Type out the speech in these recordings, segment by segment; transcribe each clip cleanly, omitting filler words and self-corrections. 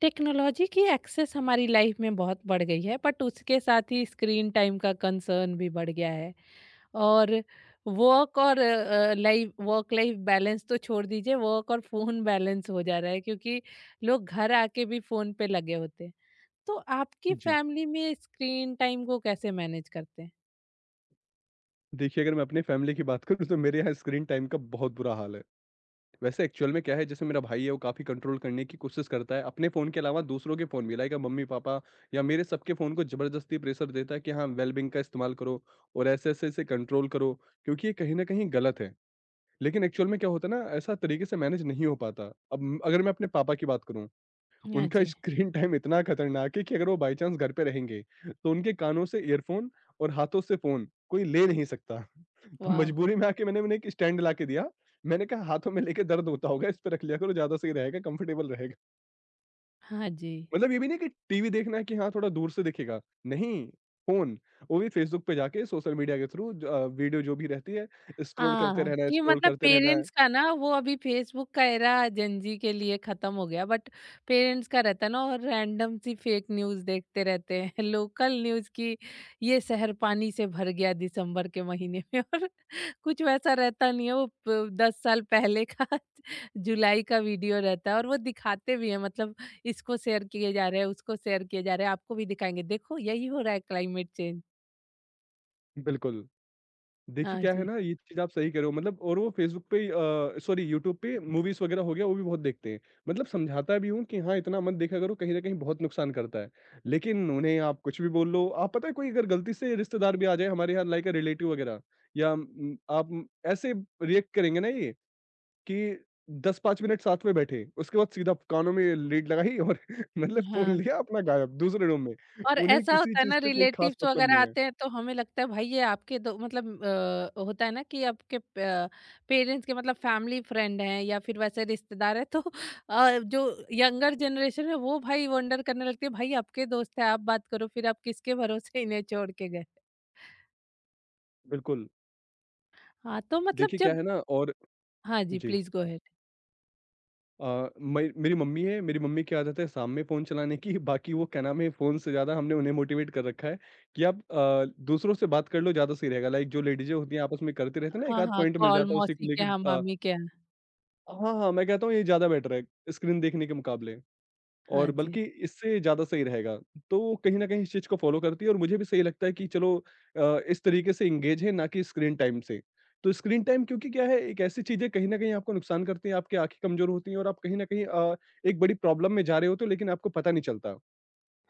Technology की access हमारी life में बहुत बढ़ गई है बट उसके साथ ही स्क्रीन टाइम का कंसर्न भी बढ़ गया है। और वर्क और लाइफ वर्क लाइफ बैलेंस तो छोड़ दीजिए, वर्क और फोन बैलेंस हो जा रहा है क्योंकि लोग घर आके भी फोन पे लगे होते हैं। तो आपकी जी। फैमिली में स्क्रीन टाइम को कैसे मैनेज करते हैं। देखिए, अगर मैं अपनी फैमिली की बात करूँ तो मेरे यहाँ स्क्रीन टाइम का बहुत बुरा हाल है। वैसे एक्चुअल में क्या है जैसे मेरा भाई है वो काफ़ी कंट्रोल करने की कोशिश करता है। अपने फ़ोन के अलावा दूसरों के फ़ोन भी लाइक मम्मी-पापा या मेरे सबके फ़ोन को ज़बरदस्ती प्रेशर देता है कि हाँ, वेल-बीइंग का इस्तेमाल करो और ऐसे-ऐसे इसे कंट्रोल करो क्योंकि ये कहीं न कहीं गलत है। लेकिन एक्चुअल में क्या होता है ना ऐसा तरीके से मैनेज नहीं हो पाता। अब अगर मैं अपने पापा की बात करूँ हाँ उनका जी। स्क्रीन टाइम इतना खतरनाक है कि अगर वो बाय चांस घर पे रहेंगे, तो उनके कानों से ईयरफ़ोन और हाथों से फ़ोन कोई ले नहीं सकता। तो वाह। मजबूरी में आके मैंने उन्हें एक स्टैंड ला के दिया। मैंने कहा हाथों में लेके दर्द होता होगा, इस पे रख लिया करो ज़्यादा सही रहेगा, कंफर्टेबल रहेगा। हाँ जी। मतलब ये भी नहीं कि टीवी देखना है कि हाँ, थोड़ा दूर से दिखेगा, नहीं फ़ोन, वो भी फेसबुक पे जाके सोशल मीडिया के थ्रू वीडियो जो भी रहती है, स्क्रॉल करते हाँ, रहना है, कि स्क्रॉल मतलब करते रहना है। पेरेंट्स का ना वो अभी फेसबुक का एरा जेनजी के लिए खत्म हो गया बट पेरेंट्स का रहता है ना। और रैंडम सी फेक न्यूज़ देखते रहते हैं लोकल न्यूज़ की। ये शहर पानी से भर गया दिसंबर के महीने में और कुछ वैसा रहता नहीं है वो 10 साल पहले का जुलाई का वीडियो रहता है और वो दिखाते भी है। मतलब इसको शेयर किए जा रहे हैं, उसको शेयर किए जा रहे हैं, आपको भी दिखाएंगे देखो यही हो रहा है क्लाइमेट चेंज। बिल्कुल। देखिए, हाँ क्या है जी। ना, ये चीज़ आप सही कह रहे हो मतलब और वो फ़ेसबुक पे सॉरी यूट्यूब पे मूवीज़ वगैरह हो गया, वो भी बहुत देखते हैं। मतलब समझाता भी हूँ कि हाँ, इतना मत देखा करो, कहीं न कहीं बहुत नुकसान करता है। लेकिन उन्हें आप कुछ भी बोल लो, आप पता है कोई अगर गलती से रिश्तेदार भी आ जाए हमारे यहाँ लाइक अ रिलेटिव वगैरह या आप ऐसे रिएक्ट करेंगे ना ये कि 10-5 मिनट साथ में बैठे, उसके बाद सीधा कानों में लीड लगाई और मतलब फ़ोन हाँ, लिया अपना गायब दूसरे रूम में। और उन्हें ऐसा किसी होता है चीज़ ना से कोई ख़ास रिलेटिव्स मतलब वगैरह नहीं है। आते हैं तो हमें लगता है भाई ये आपके दो मतलब होता है ना कि आपके पेरेंट्स के मतलब फैमिली फ्रेंड हैं या फिर वैसे रिश्तेदार है तो जो यंगर जनरेशन है वो भाई वंडर करने लगती है भाई आपके दोस्त है आप बात करो फिर आप किसके भरोसे इन्हें छोड़ के गए। बिल्कुल, हाँ, तो मतलब देखिए क्या जब। है ना और हाँ जी, जी। Please go ahead. मई मेरी मम्मी है, मेरी मम्मी की आदत है शाम में फ़ोन चलाने की, बाकी वो क्या नाम है फ़ोन से ज़्यादा हमने उन्हें मोटिवेट कर रखा है कि आप दूसरों से बात कर लो ज़्यादा सही रहेगा। लाइक जो लेडीज़ें होती हैं आपस में करते रहते हैं ना, एक हाँ आध हाँ, पॉइंट मिल कॉल जाता है उसी को मौसी के लेके यहाँ, अ, मामी के यहाँ। हाँ, हाँ, मैं कहता हूँ ये ज़्यादा बेटर है स्क्रीन देखने के मुकाबले। हाँ और जी। बल्कि इससे ज़्यादा सही रहेगा। तो वो कहीं न कहीं इस चीज़ को फ़ॉलो करती है और मुझे भी सही लगता है कि चलो इस तरीके से एंगेज है ना कि स्क्रीन टाइम से। तो स्क्रीन टाइम क्योंकि क्या है एक ऐसी चीज़ है कहीं न कहीं आपको नुकसान करती है, आपकी आँखें कमज़ोर होती हैं और आप कहीं न कहीं एक बड़ी प्रॉब्लम में जा रहे होते हो लेकिन आपको पता नहीं चलता।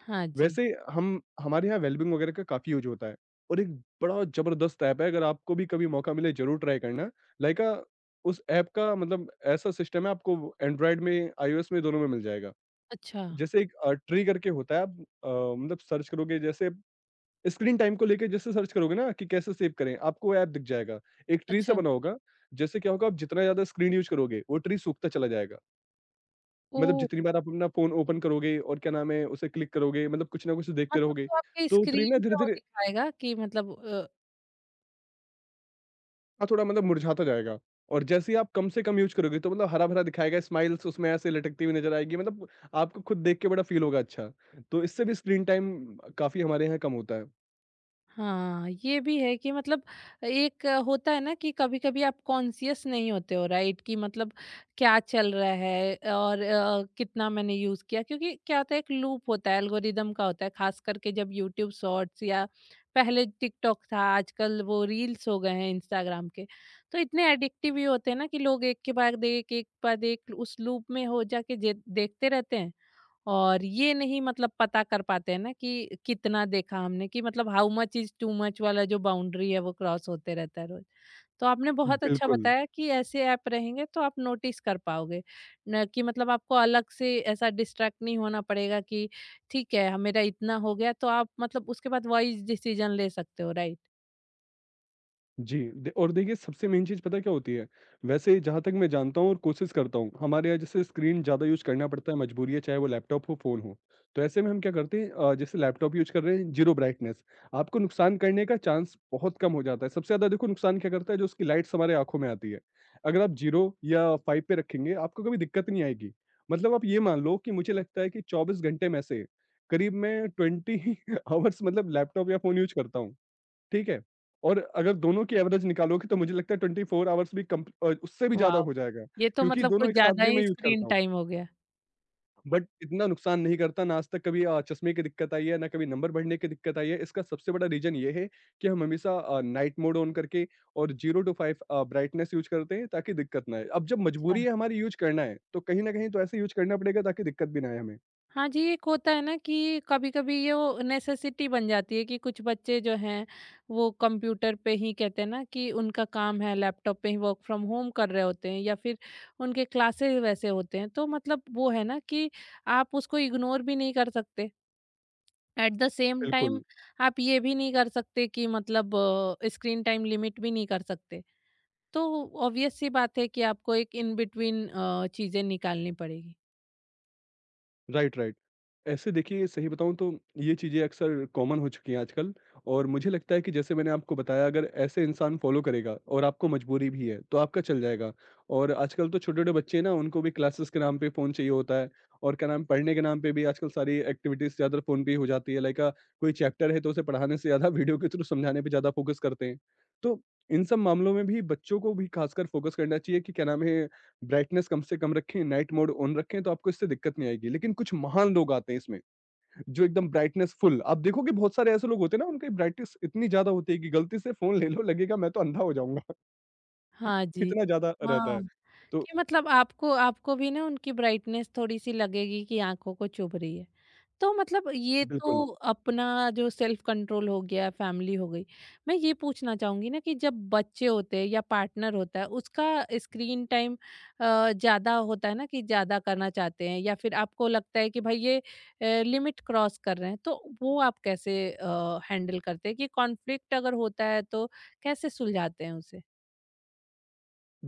हाँ जी। वैसे हम हमारे यहाँ वेलबींग वगैरह का काफ़ी यूज़ होता है और एक बड़ा ज़बरदस्त ऐप है अगर आपको भी कभी मौका मिले ज़रूर ट्राई करना। लाइक अ, उस ऐप का मतलब ऐसा सिस्टम है आपको एंड्रॉयड में, आईओएस में दोनों में मिल जाएगा। अच्छा। जैसे एक ट्री करके होता है आप अ, मतलब सर्च करोगे जैसे स्क्रीन टाइम को लेके जैसे सर्च करोगे ना कि कैसे सेव करें, आपको वो ऐप दिख जाएगा। एक ट्री सा अच्छा। बना होगा, जैसे क्या होगा आप जितना ज़्यादा स्क्रीन यूज़ करोगे, वो ट्री सूखता चला जाएगा। मतलब ओ। जितनी बार आप अपना फ़ोन ओपन करोगे और क्या नाम है, उसे क्लिक करोगे मतलब कुछ ना कुछ देखते मतलब रहोगे, तो आपके तो ट्री ना स्क्रीन पे वो धीरे-धीरे दिखाएगा कि मतलब। हाँ, थोड़ा थोड़ा मतलब मुरझाता जाएगा। और जैसे ही आप कम से कम यूज़ करोगे तो मतलब हरा-भरा दिखाएगा, स्माइल्स उसमें ऐसे लटकती हुई नज़र आएगी मतलब आपको खुद देख के बड़ा फ़ील होगा अच्छा। तो इससे भी स्क्रीन टाइम काफ़ी हमारे यहाँ कम होता है। हाँ, ये भी है कि मतलब एक होता है ना कि कभी-कभी आप कॉन्शियस नहीं होते हो, राइट, कि मतलब क्या चल रहा है और कितना मैंने यूज़ किया क्योंकि क्या होता है एक लूप होता है, एल्गोरिदम का होता है खास करके जब यूट्यूब शॉर्ट्स या पहले टिकटॉक था आजकल वो रील्स हो गए हैं इंस्टाग्राम के। तो इतने एडिक्टिव ये होते हैं ना कि लोग एक के बाद एक, एक के बाद एक उस लूप में हो जाके जे देखते रहते हैं और ये नहीं मतलब पता कर पाते हैं ना कि कितना देखा हमने कि मतलब how much is too much वाला जो बाउंड्री है वो क्रॉस होते रहता है रोज। तो आपने बहुत अच्छा बिल्कुल, बताया कि ऐसे ऐप रहेंगे तो आप नोटिस कर पाओगे, न कि मतलब आपको अलग से ऐसा डिस्ट्रैक्ट नहीं होना पड़ेगा कि ठीक है, हाँ, मेरा इतना हो गया तो आप मतलब उसके बाद वाइज डिसीजन ले सकते हो, राइट। जी। दे और देखिए सबसे मेन चीज़ पता है क्या होती है? वैसे जहाँ तक मैं जानता हूँ और कोशिश करता हूँ, हमारे यहाँ जैसे स्क्रीन ज़्यादा यूज़ करना पड़ता है, मजबूरी है, चाहे वो लैपटॉप हो, फ़ोन हो। तो ऐसे में हम क्या करते हैं जैसे लैपटॉप यूज़ कर रहे हैं, ज़ीरो ब्राइटनेस, आपको नुकसान करने का चांस बहुत कम हो जाता है। सबसे ज़्यादा देखो नुकसान क्या करता है, जो उसकी लाइट्स हमारे आँखों में आती है। अगर आप ज़ीरो या 5 पे रखेंगे, आपको कभी दिक्कत नहीं आएगी। मतलब आप ये मान लो कि मुझे लगता है कि 24 घंटे में से करीब मैं 20 हावर्स मतलब लैपटॉप या फ़ोन यूज़ करता हूँ। ठीक है? और अगर दोनों की एवरेज निकालोगे तो मुझे लगता है 24 आवर्स भी कम उससे भी ज़्यादा वाह, हो जाएगा ये तो क्योंकि मतलब दोनों कुछ एक साथ ज्यादा भी मैं ही यूज़ स्क्रीन करता हूँ। टाइम हो गया। बट इतना नुकसान नहीं करता, ना आज तक कभी चश्मे की दिक्कत आई है, ना कभी नंबर बढ़ने की दिक्कत आई है। इसका सबसे बड़ा रीज़न ये है कि हम हमेशा नाइट मोड ऑन करके और 0 टू 5 ब्राइटनेस यूज़ करते हैं ताकि दिक्कत ना आए। अब जब अच्छा। मजबूरी है हमारी यूज़ करना है, तो कहीं न कहीं तो ऐसे यूज़ करना पड़ेगा ताकि दिक्कत भी ना आए हमें। हाँ जी, एक होता है ना कि कभी-कभी ये वो नेसेसिटी बन जाती है कि कुछ बच्चे जो हैं वो कंप्यूटर पे ही कहते हैं ना कि उनका काम है लैपटॉप पे ही वर्क फ्रॉम होम कर रहे होते हैं या फिर उनके क्लासेस वैसे होते हैं। तो मतलब वो है ना कि आप उसको इग्नोर भी नहीं कर सकते। एट द सेम टाइम बिल्कुल, आप ये भी नहीं कर सकते कि मतलब स्क्रीन टाइम लिमिट भी नहीं कर सकते। तो ऑब्वियस सी बात है कि आपको एक इन बिटवीन चीज़ें निकालनी पड़ेगी। Right, right. ऐसे देखिए सही बताऊँ तो ये चीज़ें अक्सर कॉमन हो चुकी हैं आजकल और मुझे लगता है कि जैसे मैंने आपको बताया अगर ऐसे इंसान फ़ॉलो करेगा और आपको मजबूरी भी है तो आपका चल जाएगा और आजकल तो छोटे-छोटे बच्चे ना उनको भी क्लासेस के नाम पे फ़ोन चाहिए होता है और क्या नाम पढ़ने के नाम पे भी आजकल सारी एक्टिविटीज़ ज़्यादा फ़ोन पे ही हो जाती है कोई चैप्टर है तो उसे पढ़ाने से ज़्यादा वीडियो के थ्रू समझाने पे ज़्यादा फ़ोकस करते हैं। तो इन सब मामलों में भी बच्चों को भी खासकर फ़ोकस करना चाहिए कि क्या नाम है ब्राइटनेस कम से कम रखें, नाइट मोड ऑन रखें तो आपको इससे दिक्कत नहीं आएगी। लेकिन कुछ महान लोग आते हैं इसमें, जो एकदम ब्राइटनेस फुल आप देखोगे बहुत सारे ऐसे लोग होते हैं ना उनकी ब्राइटनेस इतनी ज़्यादा होती है कि गलती से फ़ोन ले लो लगेगा मैं तो अंधा हो जाऊँगा। हाँ जी। इतना ज़्यादा रहता है। हाँ। तो कि मतलब आपको आपको भी ना उनकी ब्राइटनेस थोड़ी-सी लगेगी कि आँखों को चुभ रही है। तो मतलब ये बिल्कुल, तो अपना जो सेल्फ कंट्रोल हो गया, फैमिली हो गई। मैं ये पूछना चाहूँगी ना कि जब बच्चे होते हैं या पार्टनर होता है, उसका स्क्रीन टाइम ज़्यादा होता है ना कि ज़्यादा करना चाहते हैं या फिर आपको लगता है कि भाई ये लिमिट क्रॉस कर रहे हैं, तो वो आप कैसे हैंडल करते हैं कि कॉन्फ्लिक्ट अगर होता है, तो कैसे सुलझाते हैं उसे?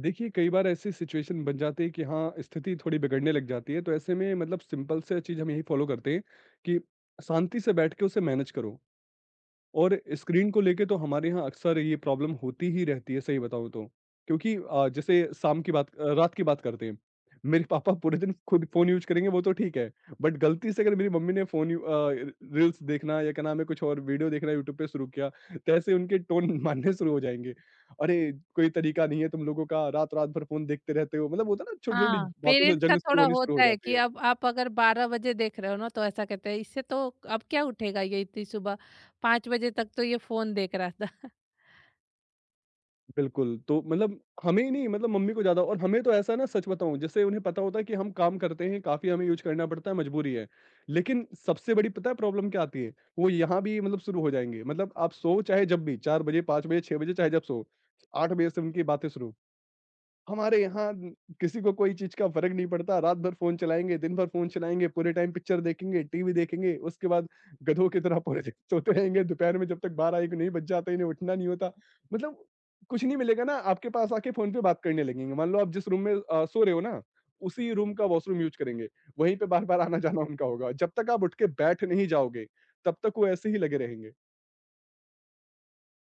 देखिए कई बार ऐसी सिचुएशन बन जाती है कि हाँ, स्थिति थोड़ी बिगड़ने लग जाती है तो ऐसे में मतलब सिंपल सा चीज़ हम यही फ़ॉलो करते हैं कि शांति से बैठ के उसे मैनेज करो। और स्क्रीन को लेके तो हमारे यहाँ अक्सर ये प्रॉब्लम होती ही रहती है सही बताऊँ तो। क्योंकि जैसे शाम की बात अ, रात की बात करते हैं। मेरे पापा पूरे दिन खुद फ़ोन यूज़ करेंगे वो तो ठीक है। बट गलती से अगर मेरी मम्मी ने फ़ोन रील्स देखना या क्या नाम है कुछ और वीडियो देखना यूट्यूब पे शुरू किया, तो ऐसे उनके टोन मारने शुरू हो जाएँगे। अरे! कोई तरीका नहीं है तुम लोगों का, रात-रात भर फ़ोन देखते रहते हो। मतलब होता है ना छोटी-छोटी हाँ, बातों से पेरेंट्स का जंग शुरू थोड़ा होनी शुरू हो होता है जाती कि है। अब आप अगर 12 बजे देख रहे हो ना, तो ऐसा कहते हैं इससे तो अब क्या उठेगा ये इतनी सुबह। 5 बजे तक तो ये फ़ोन देख रहा था। बिल्कुल, तो मतलब हमें ही नहीं मतलब मम्मी को ज़्यादा और हमें तो ऐसा ना सच बताऊँ जैसे उन्हें पता होता है कि हम काम करते हैं, काफ़ी हमें यूज़ करना पड़ता है, मजबूरी है। लेकिन सबसे बड़ी पता है प्रॉब्लम क्या आती है? वो यहाँ भी मतलब शुरू हो जाएँगे, मतलब आप सोओ चाहे जब भी 4 बजे, 5 बजे, 6 बजे चाहे जब सोओ, 8 बजे से उनकी बातें शुरू। हमारे यहाँ किसी को कोई चीज़ का फ़र्क नहीं पड़ता, रात भर फ़ोन चलाएँगे, दिन भर फ़ोन चलाएँगे, पूरे टाइम पिक्चर देखेंगे, टीवी देखेंगे, उसके बाद गधों की तरह पूरे दिन सोते रहेंगे, दोपहर में जब तक 12-1 नहीं बज जाता, इन्हें उठना नहीं होता। मतलब कुछ नहीं मिलेगा ना, आपके पास आके फ़ोन पे बात करने लगेंगे। मान लो आप जिस रूम में सो रहे हो ना, उसी रूम का वॉशरूम यूज़ करेंगे, वहीं पे बार-बार आना-जाना उनका होगा। जब तक आप उठ के बैठ नहीं जाओगे, तब तक वो ऐसे ही लगे रहेंगे।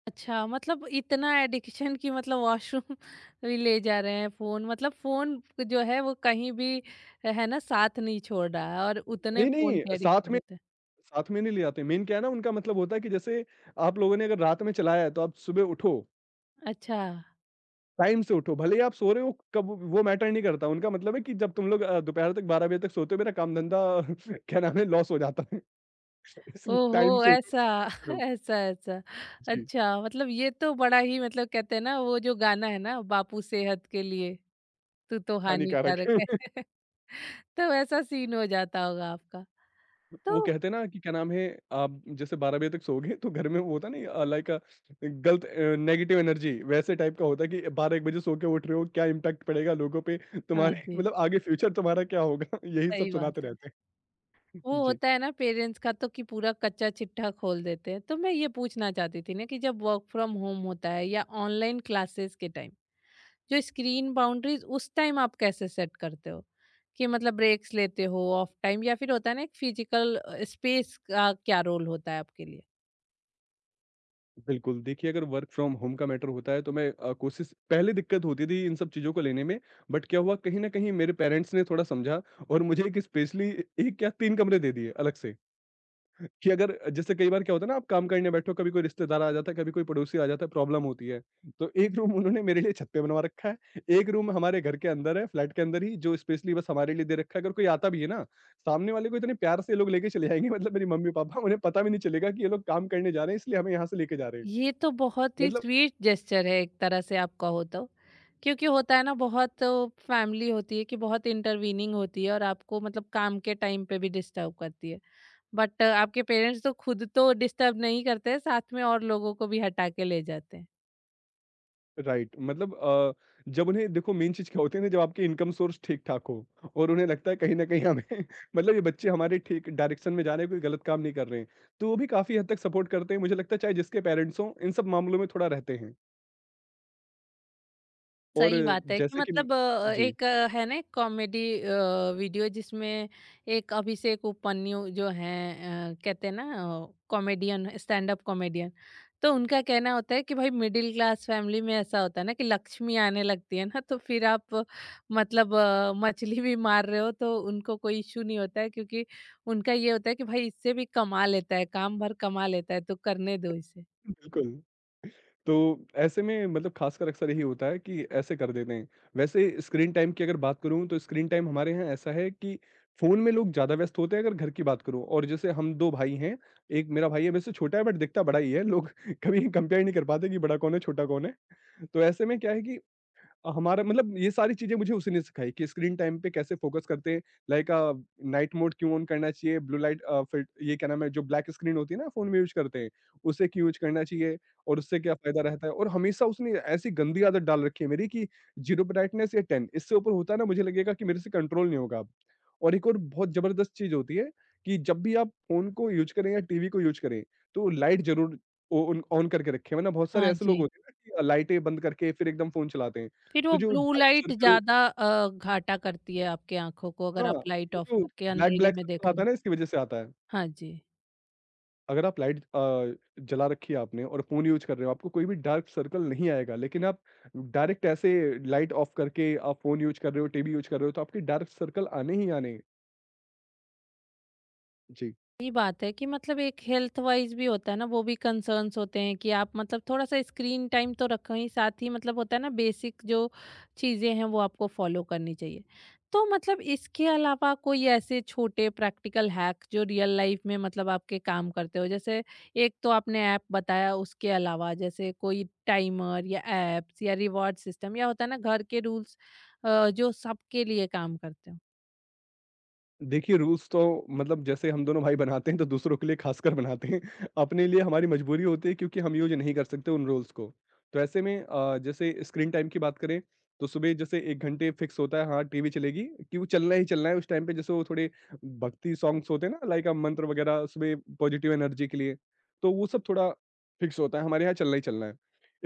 अच्छा, मतलब इतना एडिक्शन कि मतलब वॉशरूम भी ले जा रहे हैं फ़ोन। मतलब फ़ोन जो है वो कहीं भी है ना, साथ नहीं छोड़ रहा है और उतने नहीं, फ़ोन नहीं, के साथ एडिक्टेड होते हैं। साथ में नहीं ले जाते। मेन क्या है ना उनका मतलब होता है कि जैसे आप लोगों ने अगर रात में चलाया है तो आप सुबह उठो, अच्छा। टाइम से उठो। भले ही आप सो रहे हो कब वो मैटर नहीं करता। उनका मतलब है कि जब तुम लोग दोपहर तक 12 बजे तक सोते हो मेरा काम धंधा क्या नाम है लॉस हो जाता है। इसलिए टाइम ओहो! से उठो ऐसा काम करते रहो। ऐसा ऐसा। जी, अच्छा, मतलब ये तो बड़ा ही मतलब कहते हैं ना वो जो गाना है ना, बापू सेहत के लिए तू तो हानिकारक हानिकारक है। है। तो ऐसा सीन हो जाता होगा आपका। वो तो कहते हैं ना कि क्या नाम है आप जैसे 12 बजे तक सोओगे तो घर में वो होता नहीं गलत नेगेटिव एनर्जी वैसे टाइप का होता है कि 12 एक बजे सो के उठ रहे हो क्या इम्पैक्ट पड़ेगा लोगों पे हाँ तुम्हारे जी, मतलब आगे फ्यूचर तुम्हारा क्या होगा यही सब सही सुनाते बात है। रहते हैं वो जी होता है ना पेरेंट्स का तो कि पूरा कच्चा चिट्ठा खोल देते हैं। तो मैं ये पूछना चाहती थी ना कि जब वर्क फ्रॉम होम होता है या ऑनलाइन क्लासेस के टाइम जो स्क्रीन बाउंड्रीज उस टाइम आप कैसे सेट करते हो? कि मतलब ब्रेक्स लेते हो, ऑफ टाइम या फिर होता है ना एक फिजिकल स्पेस का क्या रोल होता है आपके लिए? बिल्कुल देखिए अगर वर्क फ्रॉम होम का मैटर होता है तो मैं कोशिश पहले दिक्कत होती थी इन सब चीज़ों को लेने में बट क्या हुआ कहीं ना कहीं मेरे पेरेंट्स ने थोड़ा समझा और मुझे एक स्पेशली एक या तीन कमरे दे दिए अलग से। कि अगर जैसे कई बार क्या होता है ना, आप काम करने बैठो, कभी कोई रिश्तेदार आ जाता है, कभी कोई पड़ोसी आ जाता है, प्रॉब्लम होती है। तो एक रूम उन्होंने मेरे लिए छत पे बनवा रखा है, एक रूम हमारे घर के अंदर है, फ्लैट के अंदर ही, जो स्पेशली बस हमारे लिए दे रखा है। अगर कोई आता भी है ना, सामने वाले को इतने प्यार से ये लोग लेके चले जाएंगे। मतलब मेरी मम्मी पापा, उन्हें पता भी नहीं चलेगा कि ये लोग काम करने जा रहे हैं, इसलिए हमें यहाँ से लेके जा रहे हैं। ये तो बहुत ही मतलब स्वीट जेस्चर है एक तरह से आपका, होता हो तो। क्योंकि होता है ना बहुत फैमिली होती है कि बहुत इंटरवीनिंग होती है और आपको मतलब काम के टाइम पे भी डिस्टर्ब करती है। बट आपके पेरेंट्स तो खुद तो डिस्टर्ब नहीं करते हैं, साथ में और लोगों को भी हटा के ले जाते हैं। राइट। मतलब जब उन्हें देखो, मेन चीज़ क्या होती है ना, जब आपकी इनकम सोर्स ठीक-ठाक हो और उन्हें लगता है कहीं न कहीं हमें मतलब ये बच्चे हमारे ठीक डायरेक्शन में जा रहे हैं, कोई गलत काम नहीं कर रहे हैं। तो वो भी काफ़ी हद तक सपोर्ट करते हैं, मुझे लगता है चाहे जिसके पेरेंट्स हों, इन सब मामलों में थोड़ा रहते हैं। और सही बात है कि जैसे कि मतलब जी, एक है ना कॉमेडी वीडियो जिसमें एक अभिषेक उपन्यु जो हैं कहते हैं ना, कॉमेडियन, स्टैंड अप कॉमेडियन। तो उनका कहना होता है कि भाई मिडिल क्लास फैमिली में ऐसा होता है ना कि लक्ष्मी आने लगती है ना तो फिर आप मतलब मछली भी मार रहे हो तो उनको कोई इशू नहीं होता है क्योंकि उनका ये होता है कि भाई इससे भी कमा लेता है, काम भर कमा लेता है, तो करने दो इसे। बिल्कुल। तो ऐसे में मतलब खासकर अक्सर यही होता है कि ऐसे कर देते हैं। वैसे स्क्रीन टाइम की अगर बात करूँ, तो स्क्रीन टाइम हमारे यहाँ ऐसा है कि फ़ोन में लोग ज़्यादा व्यस्त होते हैं, अगर घर की बात करूँ। और जैसे हम 2 भाई हैं, 1 मेरा भाई है, वैसे छोटा है बट दिखता बड़ा ही है। लोग कभी कंपेयर नहीं कर पाते कि बड़ा कौन है, छोटा कौन है। तो ऐसे में क्या है कि हमारा मतलब ये सारी चीज़ें मुझे उसी ने सिखाई कि स्क्रीन टाइम पे कैसे फोकस करते हैं, लाइक नाइट मोड क्यों ऑन करना चाहिए, ब्लू लाइट अ, फिल्ट ये क्या नाम है, जो ब्लैक स्क्रीन होती है ना फ़ोन में यूज़ करते हैं, उसे क्यों यूज़ करना चाहिए और उससे क्या फ़ायदा रहता है। और हमेशा उसने ऐसी गंदी आदत डाल रखी है मेरी कि ज़ीरो ब्राइटनेस या 10, इससे ऊपर होता है ना, मुझे लगेगा कि मेरे से कंट्रोल नहीं होगा अब। और एक और बहुत ज़बरदस्त चीज़ होती है कि जब भी आप फ़ोन को यूज़ करें या टीवी को यूज़ करें, तो लाइट ज़रूर ओ ऑन ऑन करके रखें, वरना बहुत सारे हाँ ऐसे लोग जी, होते हैं ना कि लाइटें बंद करके फिर एकदम फ़ोन चलाते हैं। फिर तो वो जो ब्लू डार्क लाइट सर्कल, ज़्यादा घाटा करती है आपकी आँखों को, अगर हाँ, आप लाइट ये ऑफ जो करके ब्लैक अंधेरे ब्लैक में देख सर्कल रहे आता है हैं। ना, इसकी वजह से आता है। हाँ जी। अगर आप लाइट जला रखी है आपने और फ़ोन यूज़ कर रहे हो, आपको कोई भी डार्क सर्कल नहीं आएगा। लेकिन आप डायरेक्ट ऐसे लाइट ऑफ करके आप फ़ोन यूज़ कर रहे हो, टीवी यूज़ कर रहे हो, तो आपके डार्क सर्कल आने ही आने हैं। जी। सही बात है कि मतलब एक हेल्थ वाइज भी होता है ना, वो भी कंसर्न्स होते हैं कि आप मतलब थोड़ा सा स्क्रीन टाइम तो रखें ही, साथ ही मतलब होता है ना बेसिक जो चीज़ें हैं वो आपको फॉलो करनी चाहिए। तो मतलब इसके अलावा कोई ऐसे छोटे प्रैक्टिकल हैक जो रियल लाइफ में मतलब आपके काम करते हो, जैसे एक तो आपने ऐप बताया, उसके अलावा जैसे कोई टाइमर या एप्स या रिवॉर्ड सिस्टम या होता है ना घर के रूल्स जो सबके लिए काम करते हो। देखिए, रूल्स तो मतलब जैसे हम दोनों भाई बनाते हैं, तो दूसरों के लिए खासकर बनाते हैं। अपने लिए हमारी मजबूरी होती है, क्योंकि हम यूज़ नहीं कर सकते उन रूल्स को। तो ऐसे में जैसे स्क्रीन टाइम की बात करें, तो सुबह जैसे 1 घंटे फिक्स होता है, हाँ, टीवी चलेगी, कि वो चलना ही चलना है उस टाइम पे। जैसे वो थोड़े भक्ति सॉन्ग्स होते हैं ना, लाइक मंत्र वगैरह सुबह पॉजिटिव एनर्जी के लिए, तो वो सब थोड़ा फिक्स होता है, हमारे यहाँ चलना ही चलना है।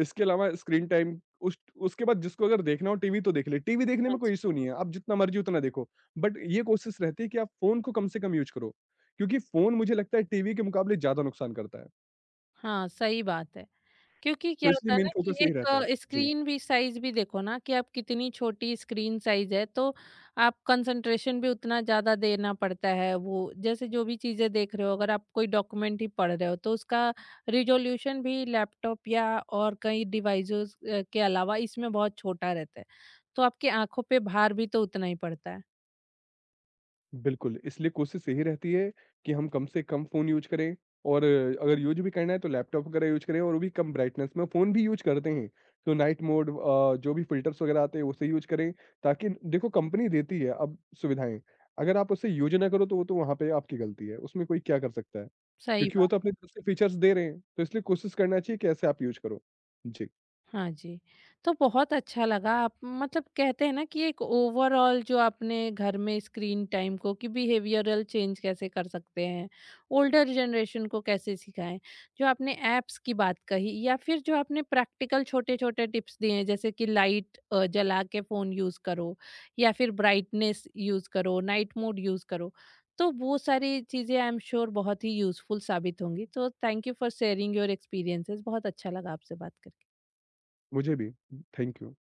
इसके अलावा स्क्रीन टाइम उस उसके बाद जिसको अगर देखना हो टीवी, तो देख ले। टीवी देखने में हाँ कोई जी। इश्यू नहीं है, आप जितना मर्ज़ी उतना देखो। बट ये कोशिश रहती है कि आप फ़ोन को कम से कम यूज़ करो, क्योंकि फ़ोन मुझे लगता है टीवी के मुकाबले ज़्यादा नुकसान करता है, हाँ, सही बात है, क्योंकि तो क्या होता इसलिए है मेन ना कि फ़ोकस यही एक रहता है। जी। स्क्रीन भी साइज भी देखो ना कि आप कितनी छोटी स्क्रीन साइज है तो आप कंसंट्रेशन भी उतना ज़्यादा देना पड़ता है वो जैसे जो भी चीज़ें देख रहे हो अगर आप कोई डॉक्यूमेंट ही पढ़ रहे हो तो उसका रिजोल्यूशन भी लैपटॉप या और कई डिवाइसेस के अलावा इसमें बहुत छोटा रहता है तो आपकी आंखों पे भार भी तो उतना ही पड़ता है। बिल्कुल, इसलिए कोशिश यही रहती है कि हम कम से कम फ़ोन यूज़ करें, और अगर यूज़ भी करना है तो लैपटॉप वगैरह यूज़ करें, और वो भी कम ब्राइटनेस में। फ़ोन भी यूज़ करते हैं, तो नाइट मोड, जो भी फ़िल्टर्स वगैरह आते हैं उसे यूज़ करें, ताकि देखो कंपनी देती है अब सुविधाएँ। अगर आप उसे यूज़ ना करो तो वो तो वहाँ पे आपकी गलती है, उसमें कोई क्या कर सकता है? सही। क्योंकि वो तो अपनी तरफ से फीचर्स दे रहे हैं, तो इसलिए कोशिश करना चाहिए कि ऐसे आप यूज़ करो। जी, हाँ जी। तो बहुत अच्छा लगा, आप मतलब कहते हैं ना कि एक ओवरऑल जो आपने घर में स्क्रीन टाइम को कि बिहेवियरल चेंज कैसे कर सकते हैं, ओल्डर जनरेशन को कैसे सिखाएँ। जो आपने ऐप्स की बात कही या फिर जो आपने प्रैक्टिकल छोटे-छोटे टिप्स दिए हैं जैसे कि लाइट जला के फ़ोन यूज़ करो या फिर ब्राइटनेस यूज़ करो, नाइट मोड यूज़ करो। तो वो सारी चीज़ें आई एम श्योर बहुत ही यूज़फुल साबित होंगी। तो thank you for sharing your experiences, बहुत अच्छा लगा आपसे बात करके। मुझे भी। Thank you.